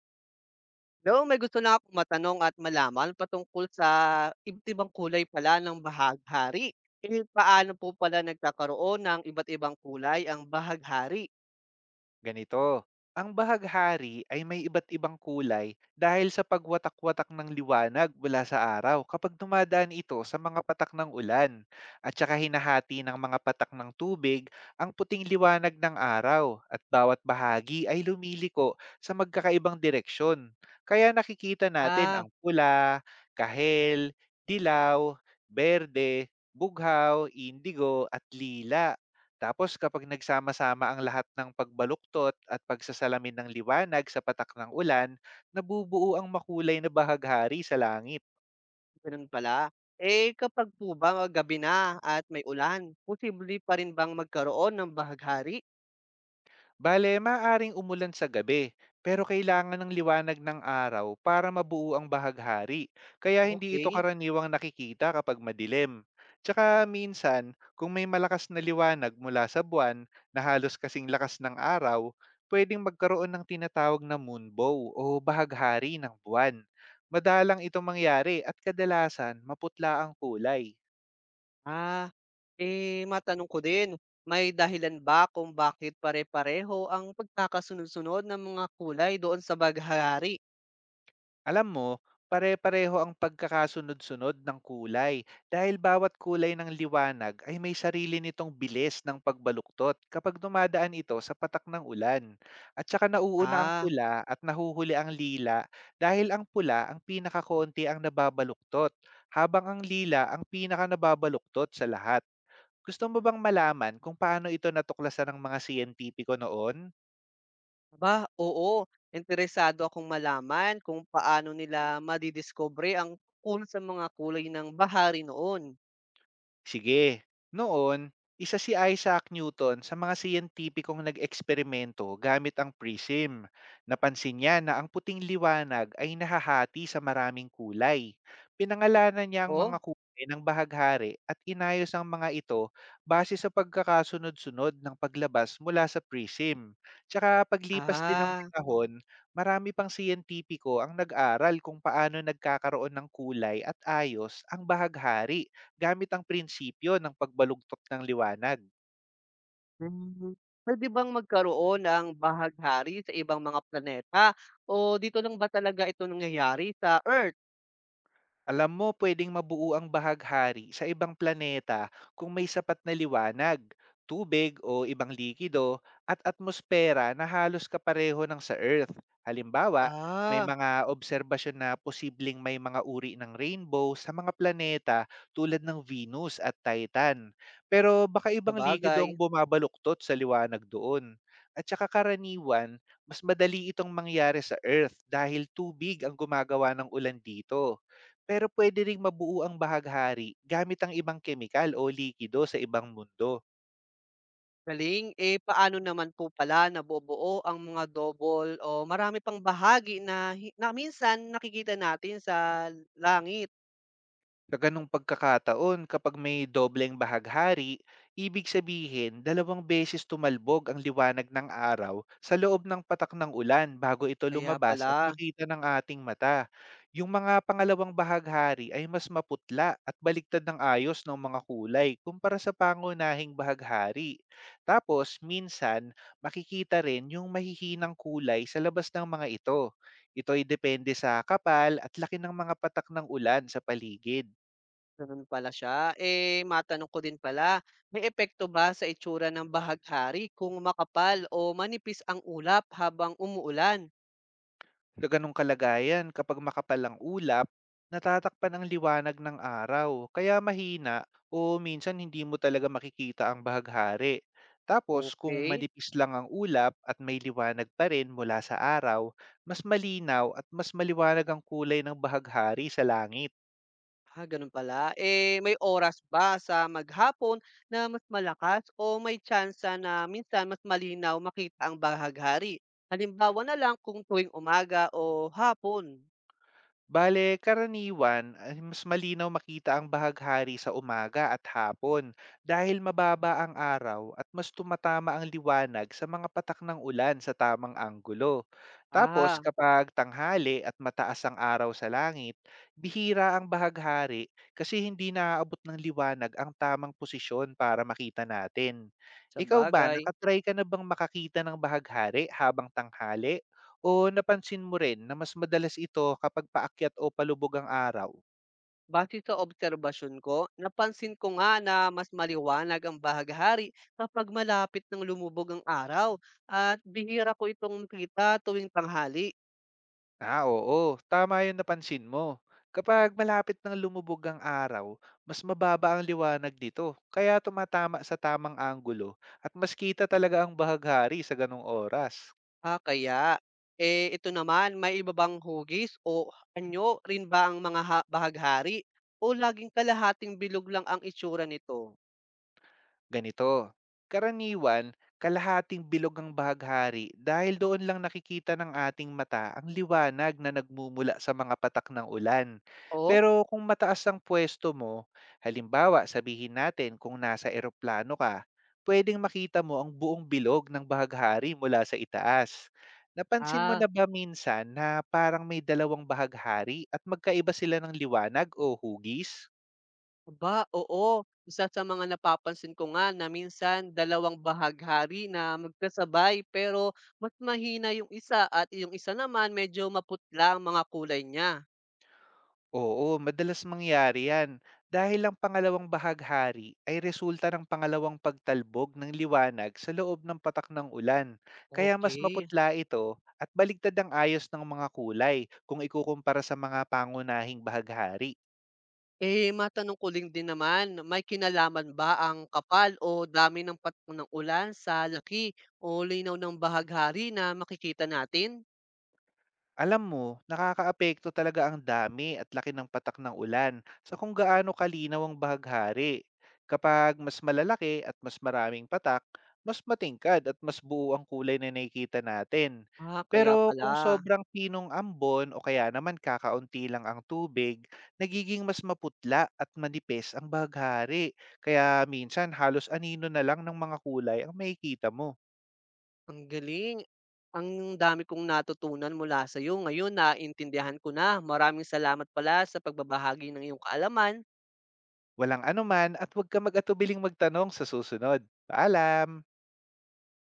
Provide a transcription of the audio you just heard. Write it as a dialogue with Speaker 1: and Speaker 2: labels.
Speaker 1: Hello, may gusto lang akong matanong at malaman patungkol sa iba't ibang kulay pala ng bahaghari. Eh, paano po pala nagkakaroon ng iba't ibang kulay ang bahaghari?
Speaker 2: Ganito, ang bahaghari ay may iba't ibang kulay dahil sa pagwatak-watak ng liwanag mula sa araw kapag dumadaan ito sa mga patak ng ulan at saka hinahati ng mga patak ng tubig ang puting liwanag ng araw at bawat bahagi ay lumiliko sa magkakaibang direksyon. Kaya nakikita natin
Speaker 1: Ah,
Speaker 2: ang pula, kahel, dilaw, berde, bughaw, indigo at lila tapos kapag nagsama-sama ang lahat ng pagbaluktot at pagsasalamin ng liwanag sa patak ng ulan, nabubuo ang makulay na bahaghari sa langit.
Speaker 1: ganun pala. Eh, kapag po ba gabi na at may ulan, posible pa rin bang magkaroon ng bahaghari?
Speaker 2: Bale, maaaring umulan sa gabi, pero kailangan ng liwanag ng araw para mabuo ang bahaghari, kaya hindi ito
Speaker 1: Okay.
Speaker 2: karaniwang nakikita kapag madilim. Tsaka minsan, kung may malakas na liwanag mula sa buwan na halos kasing lakas ng araw, pwedeng magkaroon ng tinatawag na moonbow o bahaghari ng buwan. Madalang ito mangyari at kadalasan maputla ang kulay.
Speaker 1: Ah, eh, matanong ko din, may dahilan ba kung bakit pare-pareho ang pagkakasunod-sunod ng mga kulay doon sa bahaghari?
Speaker 2: Alam mo, pare-pareho ang pagkakasunod-sunod ng kulay dahil bawat kulay ng liwanag ay may sarili nitong bilis ng pagbaluktot kapag dumadaan ito sa patak ng ulan. At saka nauuna ang
Speaker 1: Ah,
Speaker 2: pula at nahuhuli ang lila dahil ang pula ang pinakakonti ang nababaluktot habang ang lila ang pinaka nababaluktot sa lahat. Gusto mo bang malaman kung paano ito natuklasan ng mga siyentipiko noon?
Speaker 1: aba, oo. Interesado akong malaman kung paano nila madidiskubre ang tungkol sa mga kulay ng bahari noon.
Speaker 2: Sige. Noon, isa si Isaac Newton sa mga siyentipikong nag-eksperimento gamit ang prism. Napansin niya na ang puting liwanag ay nahahati sa maraming kulay. Pinangalanan niya ang mga
Speaker 1: Oh?
Speaker 2: kulay ng bahaghari at inayos ang mga ito base sa pagkakasunod-sunod ng paglabas mula sa prism. Tsaka paglipas din ng
Speaker 1: Ah.
Speaker 2: panahon, marami pang siyentipiko ang nag-aral kung paano nagkakaroon ng kulay at ayos ang bahaghari gamit ang prinsipyo ng pagbalugtot ng liwanag.
Speaker 1: Hmm. Pwede bang magkaroon ng bahaghari sa ibang mga planeta? O dito lang ba talaga ito nangyayari sa Earth?
Speaker 2: Alam mo, pwedeng mabuo ang bahaghari sa ibang planeta kung may sapat na liwanag, tubig o ibang likido at atmosfera na halos kapareho ng sa Earth. Halimbawa, may
Speaker 1: Ah,
Speaker 2: mga obserbasyon na posibleng may mga uri ng rainbow sa mga planeta tulad ng Venus at Titan. Pero baka ibang likido ang
Speaker 1: sabagay.
Speaker 2: bumabaluktot sa liwanag doon. At saka karaniwan, mas madali itong mangyari sa Earth dahil tubig ang gumagawa ng ulan dito pero puwede ring mabuo ang bahaghari gamit ang ibang kemikal o likido sa ibang mundo.
Speaker 1: Galing, eh paano naman po pala nabubuo ang mga double o marami pang bahagi na minsan nakikita natin sa langit?
Speaker 2: Sa gano'ng pagkakataon, kapag may dobleng bahaghari, ibig sabihin dalawang beses tumalbog ang liwanag ng araw sa loob ng patak ng ulan bago ito
Speaker 1: Kaya
Speaker 2: lumabas at
Speaker 1: pala.
Speaker 2: makita ng ating mata. Yung mga pangalawang bahaghari ay mas maputla at baliktad ng ayos ng mga kulay kumpara sa pangunahing bahaghari. Tapos, minsan, makikita rin yung mahihinang kulay sa labas ng mga ito. Ito ay depende sa kapal at laki ng mga patak ng ulan sa paligid.
Speaker 1: Gano'n pala siya. Eh, matanong ko din pala, may epekto ba sa itsura ng bahaghari kung makapal o manipis ang ulap habang umuulan?
Speaker 2: Sa ganong kalagayan, kapag makapal ang ulap, natatakpan ang liwanag ng araw, kaya mahina o minsan hindi mo talaga makikita ang bahaghari. Tapos kung
Speaker 1: Okay.
Speaker 2: manipis lang ang ulap at may liwanag pa rin mula sa araw, mas malinaw at mas maliwanag ang kulay ng bahaghari sa langit.
Speaker 1: Ah, gano'n pala. Eh, may oras ba sa maghapon na mas malakas o may tyansa na minsan mas malinaw makita ang bahaghari? Halimbawa na lang kung tuwing umaga o hapon.
Speaker 2: Bale, karaniwan, mas malinaw makita ang bahaghari sa umaga at hapon dahil mababa ang araw at mas tumatama ang liwanag sa mga patak ng ulan sa tamang anggulo. Tapos
Speaker 1: Ah,
Speaker 2: kapag tanghali at mataas ang araw sa langit, bihira ang bahaghari kasi hindi naaabot ng liwanag ang tamang posisyon para makita natin. Ikaw ba,
Speaker 1: sabagay.
Speaker 2: nakatry ka na bang makakita ng bahaghari habang tanghali o napansin mo rin na mas madalas ito kapag paakyat o palubog ang araw?
Speaker 1: Base sa obserbasyon ko, napansin ko nga na mas maliwanag ang bahaghari kapag malapit ng lumubog ang araw at bihira ko itong makita tuwing tanghali.
Speaker 2: Ah, oo, tama 'yung napansin mo. Kapag malapit ng lumubog ang araw, mas mababa ang liwanag dito, kaya tumatama sa tamang anggulo at mas kita talaga ang bahaghari sa ganong oras.
Speaker 1: Ah, kaya, eh ito naman, may iba bang hugis o anyo rin ba ang mga bahaghari o laging kalahating bilog lang ang itsura nito?
Speaker 2: Ganito, karaniwan, kalahating bilog ang bahaghari dahil doon lang nakikita ng ating mata ang liwanag na nagmumula sa mga patak ng ulan.
Speaker 1: O?
Speaker 2: Pero kung mataas ang pwesto mo, halimbawa sabihin natin kung nasa eroplano ka, pwedeng makita mo ang buong bilog ng bahaghari mula sa itaas. Napansin mo
Speaker 1: Ah,
Speaker 2: na ba minsan na parang may dalawang bahaghari at magkaiba sila ng liwanag o hugis?
Speaker 1: aba, oo. Isa sa mga napapansin ko nga na minsan dalawang bahaghari na magkasabay pero mas mahina yung isa at yung isa naman medyo maputla ang mga kulay niya.
Speaker 2: Oo, madalas mangyari yan dahil ang pangalawang bahaghari ay resulta ng pangalawang pagtalbog ng liwanag sa loob ng patak ng ulan. Kaya mas
Speaker 1: Okay.
Speaker 2: maputla ito at baligtad ang ayos ng mga kulay kung ikukumpara sa mga pangunahing bahaghari.
Speaker 1: Eh, matanong ko lang din naman, may kinalaman ba ang kapal o dami ng patong ng ulan sa laki o linaw ng bahaghari na makikita natin?
Speaker 2: Alam mo, nakakaapekto talaga ang dami at laki ng patak ng ulan sa kung gaano kalinaw ang bahaghari. Kapag mas malalaki at mas maraming patak, mas matingkad at mas buo ang kulay na nakikita natin.
Speaker 1: Ah, kaya
Speaker 2: Pero
Speaker 1: pala.
Speaker 2: kung sobrang pinong ambon o kaya naman kakaunti lang ang tubig, nagiging mas maputla at manipis ang bahaghari. Kaya minsan halos anino na lang ng mga kulay ang makikita mo.
Speaker 1: Ang galing. Ang dami kong natutunan mula sa'yo. Ngayon, naiintindihan ko na. Maraming salamat pala sa pagbabahagi ng iyong kaalaman.
Speaker 2: Walang anuman at huwag ka mag-atubiling magtanong sa susunod. Paalam!